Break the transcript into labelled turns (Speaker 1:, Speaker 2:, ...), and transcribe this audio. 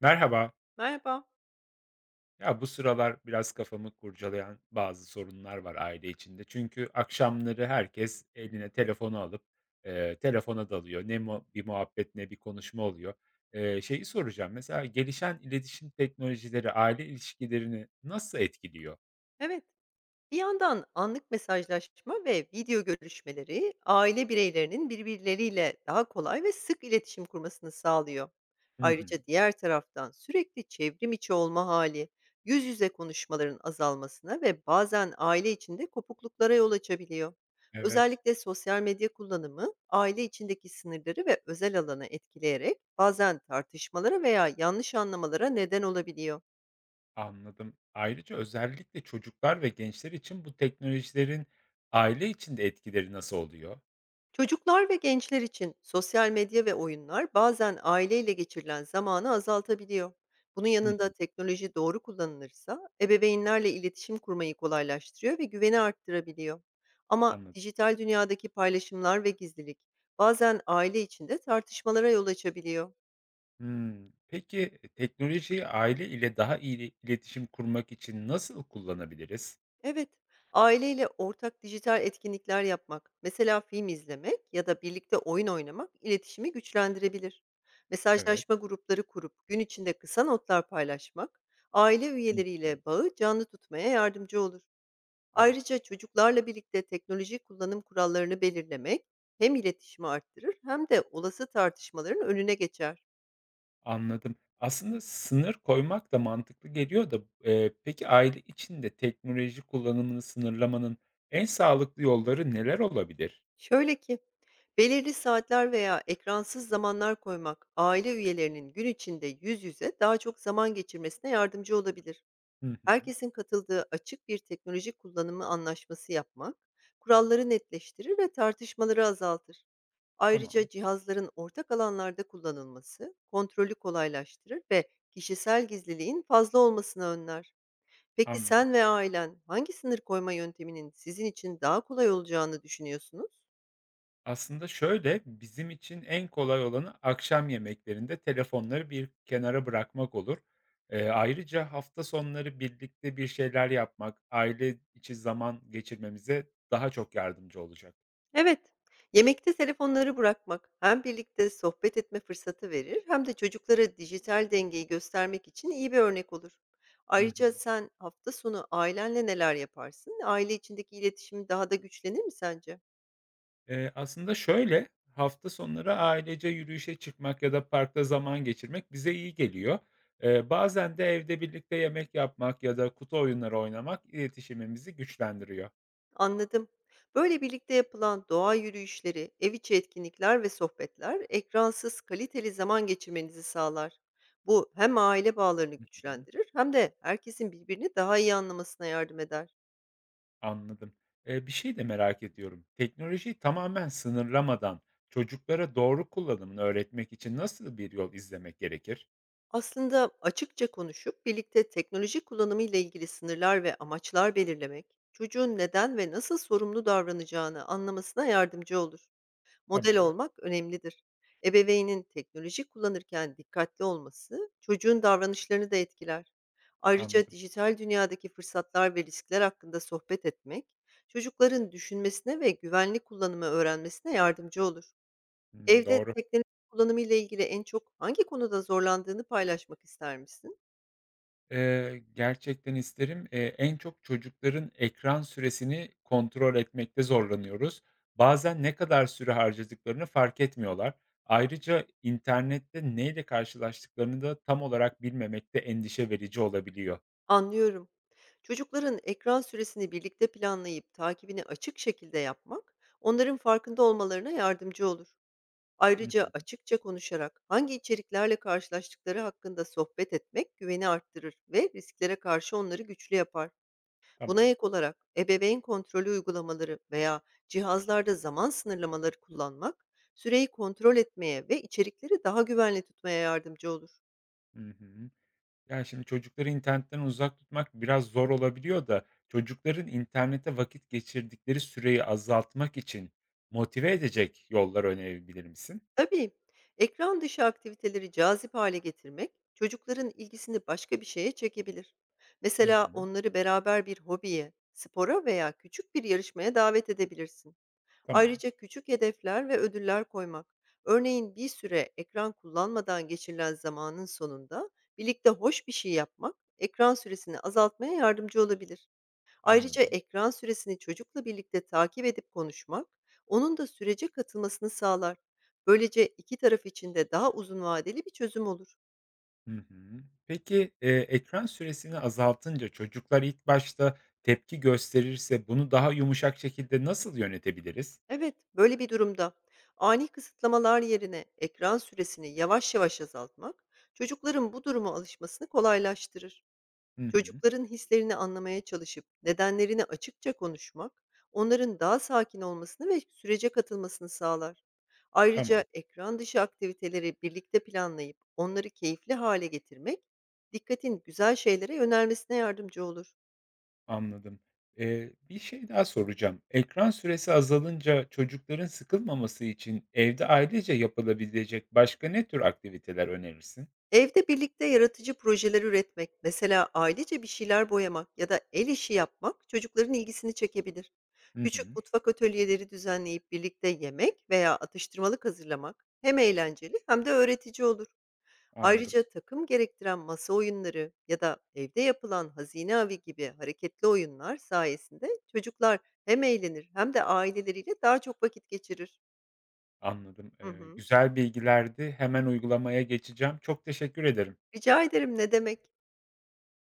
Speaker 1: Merhaba.
Speaker 2: Merhaba.
Speaker 1: Ya bu sıralar biraz kafamı kurcalayan bazı sorunlar var aile içinde. Çünkü akşamları herkes eline telefonu alıp, telefona dalıyor. Ne mu bir muhabbet ne bir konuşma oluyor. Şeyi soracağım, mesela gelişen iletişim teknolojileri aile ilişkilerini nasıl etkiliyor?
Speaker 2: Evet, bir yandan anlık mesajlaşma ve video görüşmeleri aile bireylerinin birbirleriyle daha kolay ve sık iletişim kurmasını sağlıyor.
Speaker 1: Hı hı.
Speaker 2: Ayrıca diğer taraftan sürekli çevrim içi olma hali, yüz yüze konuşmaların azalmasına ve bazen aile içinde kopukluklara yol açabiliyor.
Speaker 1: Evet.
Speaker 2: Özellikle sosyal medya kullanımı aile içindeki sınırları ve özel alanı etkileyerek bazen tartışmalara veya yanlış anlamalara neden olabiliyor.
Speaker 1: Anladım. Ayrıca özellikle çocuklar ve gençler için bu teknolojilerin aile içinde etkileri nasıl oluyor?
Speaker 2: Çocuklar ve gençler için sosyal medya ve oyunlar bazen aileyle geçirilen zamanı azaltabiliyor. Bunun
Speaker 1: Hı
Speaker 2: yanında
Speaker 1: hı,
Speaker 2: teknoloji doğru kullanılırsa ebeveynlerle iletişim kurmayı kolaylaştırıyor ve güveni arttırabiliyor. Ama
Speaker 1: anladım.
Speaker 2: dijital dünyadaki paylaşımlar ve gizlilik bazen aile içinde tartışmalara yol açabiliyor.
Speaker 1: Hımm. Peki, teknolojiyi aile ile daha iyi ile iletişim kurmak için nasıl kullanabiliriz?
Speaker 2: Evet, aileyle ortak dijital etkinlikler yapmak, mesela film izlemek ya da birlikte oyun oynamak iletişimi güçlendirebilir. Mesajlaşma
Speaker 1: Evet.
Speaker 2: grupları kurup gün içinde kısa notlar paylaşmak, aile
Speaker 1: Hı hı.
Speaker 2: üyeleriyle bağı canlı tutmaya yardımcı olur.
Speaker 1: Evet,
Speaker 2: Ayrıca çocuklarla birlikte teknoloji kullanım kurallarını belirlemek hem iletişimi arttırır hem de olası tartışmaların önüne geçer.
Speaker 1: anladım. Aslında sınır koymak da mantıklı geliyor da, peki aile içinde teknoloji kullanımını sınırlamanın en sağlıklı yolları neler olabilir?
Speaker 2: Şöyle ki, belirli saatler veya ekransız zamanlar koymak, aile üyelerinin gün içinde yüz yüze daha çok zaman geçirmesine yardımcı olabilir.
Speaker 1: Hı hı.
Speaker 2: Herkesin katıldığı açık bir teknoloji kullanımı anlaşması yapmak, kuralları netleştirir ve tartışmaları azaltır. Ayrıca
Speaker 1: Tamam,
Speaker 2: cihazların ortak alanlarda kullanılması, kontrolü kolaylaştırır ve kişisel gizliliğin fazla olmasını önler. Peki
Speaker 1: anladım.
Speaker 2: sen ve ailen hangi sınır koyma yönteminin sizin için daha kolay olacağını düşünüyorsunuz?
Speaker 1: Aslında şöyle, bizim için en kolay olanı akşam yemeklerinde telefonları bir kenara bırakmak olur. Ayrıca hafta sonları birlikte bir şeyler yapmak, aile içi zaman geçirmemize daha çok yardımcı olacak.
Speaker 2: Evet, yemekte telefonları bırakmak hem birlikte sohbet etme fırsatı verir hem de çocuklara dijital dengeyi göstermek için iyi bir örnek olur.
Speaker 1: Hı
Speaker 2: Ayrıca
Speaker 1: hı.
Speaker 2: sen hafta sonu ailenle neler yaparsın? Aile içindeki iletişim daha da güçlenir mi sence?
Speaker 1: Aslında şöyle, hafta sonları ailece yürüyüşe çıkmak ya da parkta zaman geçirmek bize iyi geliyor. Bazen de evde birlikte yemek yapmak ya da kutu oyunları oynamak iletişimimizi güçlendiriyor.
Speaker 2: Anladım. Böyle birlikte yapılan doğa yürüyüşleri, ev içi etkinlikler ve sohbetler ekransız kaliteli zaman geçirmenizi sağlar. Bu hem aile bağlarını
Speaker 1: Hı.
Speaker 2: güçlendirir hem de herkesin birbirini daha iyi anlamasına yardım eder.
Speaker 1: Anladım. Bir şey de merak ediyorum. Teknolojiyi tamamen sınırlamadan çocuklara doğru kullanımını öğretmek için nasıl bir yol izlemek gerekir?
Speaker 2: Aslında açıkça konuşup birlikte teknoloji kullanımı ile ilgili sınırlar ve amaçlar belirlemek, çocuğun neden ve nasıl sorumlu davranacağını anlamasına yardımcı olur. Model
Speaker 1: Tamam,
Speaker 2: olmak önemlidir. Ebeveynin teknoloji kullanırken dikkatli olması çocuğun davranışlarını da etkiler. Ayrıca
Speaker 1: anladım.
Speaker 2: dijital dünyadaki fırsatlar ve riskler hakkında sohbet etmek, çocukların düşünmesine ve güvenli kullanımı öğrenmesine yardımcı olur.
Speaker 1: Hımm,
Speaker 2: Evde
Speaker 1: doğru.
Speaker 2: teknoloji kullanımıyla ilgili en çok hangi konuda zorlandığını paylaşmak ister misin?
Speaker 1: Gerçekten isterim. En çok çocukların ekran süresini kontrol etmekte zorlanıyoruz. Bazen ne kadar süre harcadıklarını fark etmiyorlar. Ayrıca internette neyle karşılaştıklarını da tam olarak bilmemek de endişe verici olabiliyor.
Speaker 2: Anlıyorum. Çocukların ekran süresini birlikte planlayıp takibini açık şekilde yapmak, onların farkında olmalarına yardımcı olur.
Speaker 1: Hı hı.
Speaker 2: Ayrıca açıkça konuşarak hangi içeriklerle karşılaştıkları hakkında sohbet etmek güveni arttırır ve risklere karşı onları güçlü yapar. Buna
Speaker 1: Tamam.
Speaker 2: ek olarak ebeveyn kontrolü uygulamaları veya cihazlarda zaman sınırlamaları kullanmak süreyi kontrol etmeye ve içerikleri daha güvenli tutmaya yardımcı olur.
Speaker 1: Hı hı. Yani şimdi çocukları internetten uzak tutmak biraz zor olabiliyor da çocukların internette vakit geçirdikleri süreyi azaltmak için motive edecek yollar önerebilir misin?
Speaker 2: Tabii ekran dışı aktiviteleri cazip hale getirmek çocukların ilgisini başka bir şeye çekebilir.
Speaker 1: Hı
Speaker 2: Mesela
Speaker 1: hı.
Speaker 2: onları beraber bir hobiye, spora veya küçük bir yarışmaya davet edebilirsin.
Speaker 1: Tamam,
Speaker 2: Ayrıca küçük hedefler ve ödüller koymak. Örneğin bir süre ekran kullanmadan geçirilen zamanın sonunda birlikte hoş bir şey yapmak ekran süresini azaltmaya yardımcı olabilir. Ayrıca
Speaker 1: anladım.
Speaker 2: ekran süresini çocukla birlikte takip edip konuşmak onun da sürece katılmasını sağlar. Böylece iki taraf için de daha uzun vadeli bir çözüm olur.
Speaker 1: Hı hı. Peki, ekran süresini azaltınca çocuklar ilk başta tepki gösterirse bunu daha yumuşak şekilde nasıl yönetebiliriz?
Speaker 2: Evet, böyle bir durumda ani kısıtlamalar yerine ekran süresini yavaş yavaş azaltmak çocukların bu duruma alışmasını kolaylaştırır.
Speaker 1: Hı hı.
Speaker 2: Çocukların hislerini anlamaya çalışıp nedenlerini açıkça konuşmak, onların daha sakin olmasını ve sürece katılmasını sağlar. Ayrıca
Speaker 1: Tamam.
Speaker 2: ekran dışı aktiviteleri birlikte planlayıp onları keyifli hale getirmek, dikkatin güzel şeylere yönelmesine yardımcı olur.
Speaker 1: Anladım. Bir şey daha soracağım. Ekran süresi azalınca çocukların sıkılmaması için evde ailece yapılabilecek başka ne tür aktiviteler önerirsin?
Speaker 2: Evde birlikte yaratıcı projeler üretmek, mesela ailece bir şeyler boyamak ya da el işi yapmak çocukların ilgisini çekebilir.
Speaker 1: Hı
Speaker 2: Küçük
Speaker 1: hı.
Speaker 2: mutfak atölyeleri düzenleyip birlikte yemek veya atıştırmalık hazırlamak hem eğlenceli hem de öğretici olur.
Speaker 1: Anladım,
Speaker 2: Ayrıca takım gerektiren masa oyunları ya da evde yapılan hazine avi gibi hareketli oyunlar sayesinde çocuklar hem eğlenir hem de aileleriyle daha çok vakit geçirir.
Speaker 1: Anladım.
Speaker 2: Hı hı.
Speaker 1: Güzel bilgilerdi. Hemen uygulamaya geçeceğim. Çok teşekkür ederim.
Speaker 2: Rica ederim, ne demek?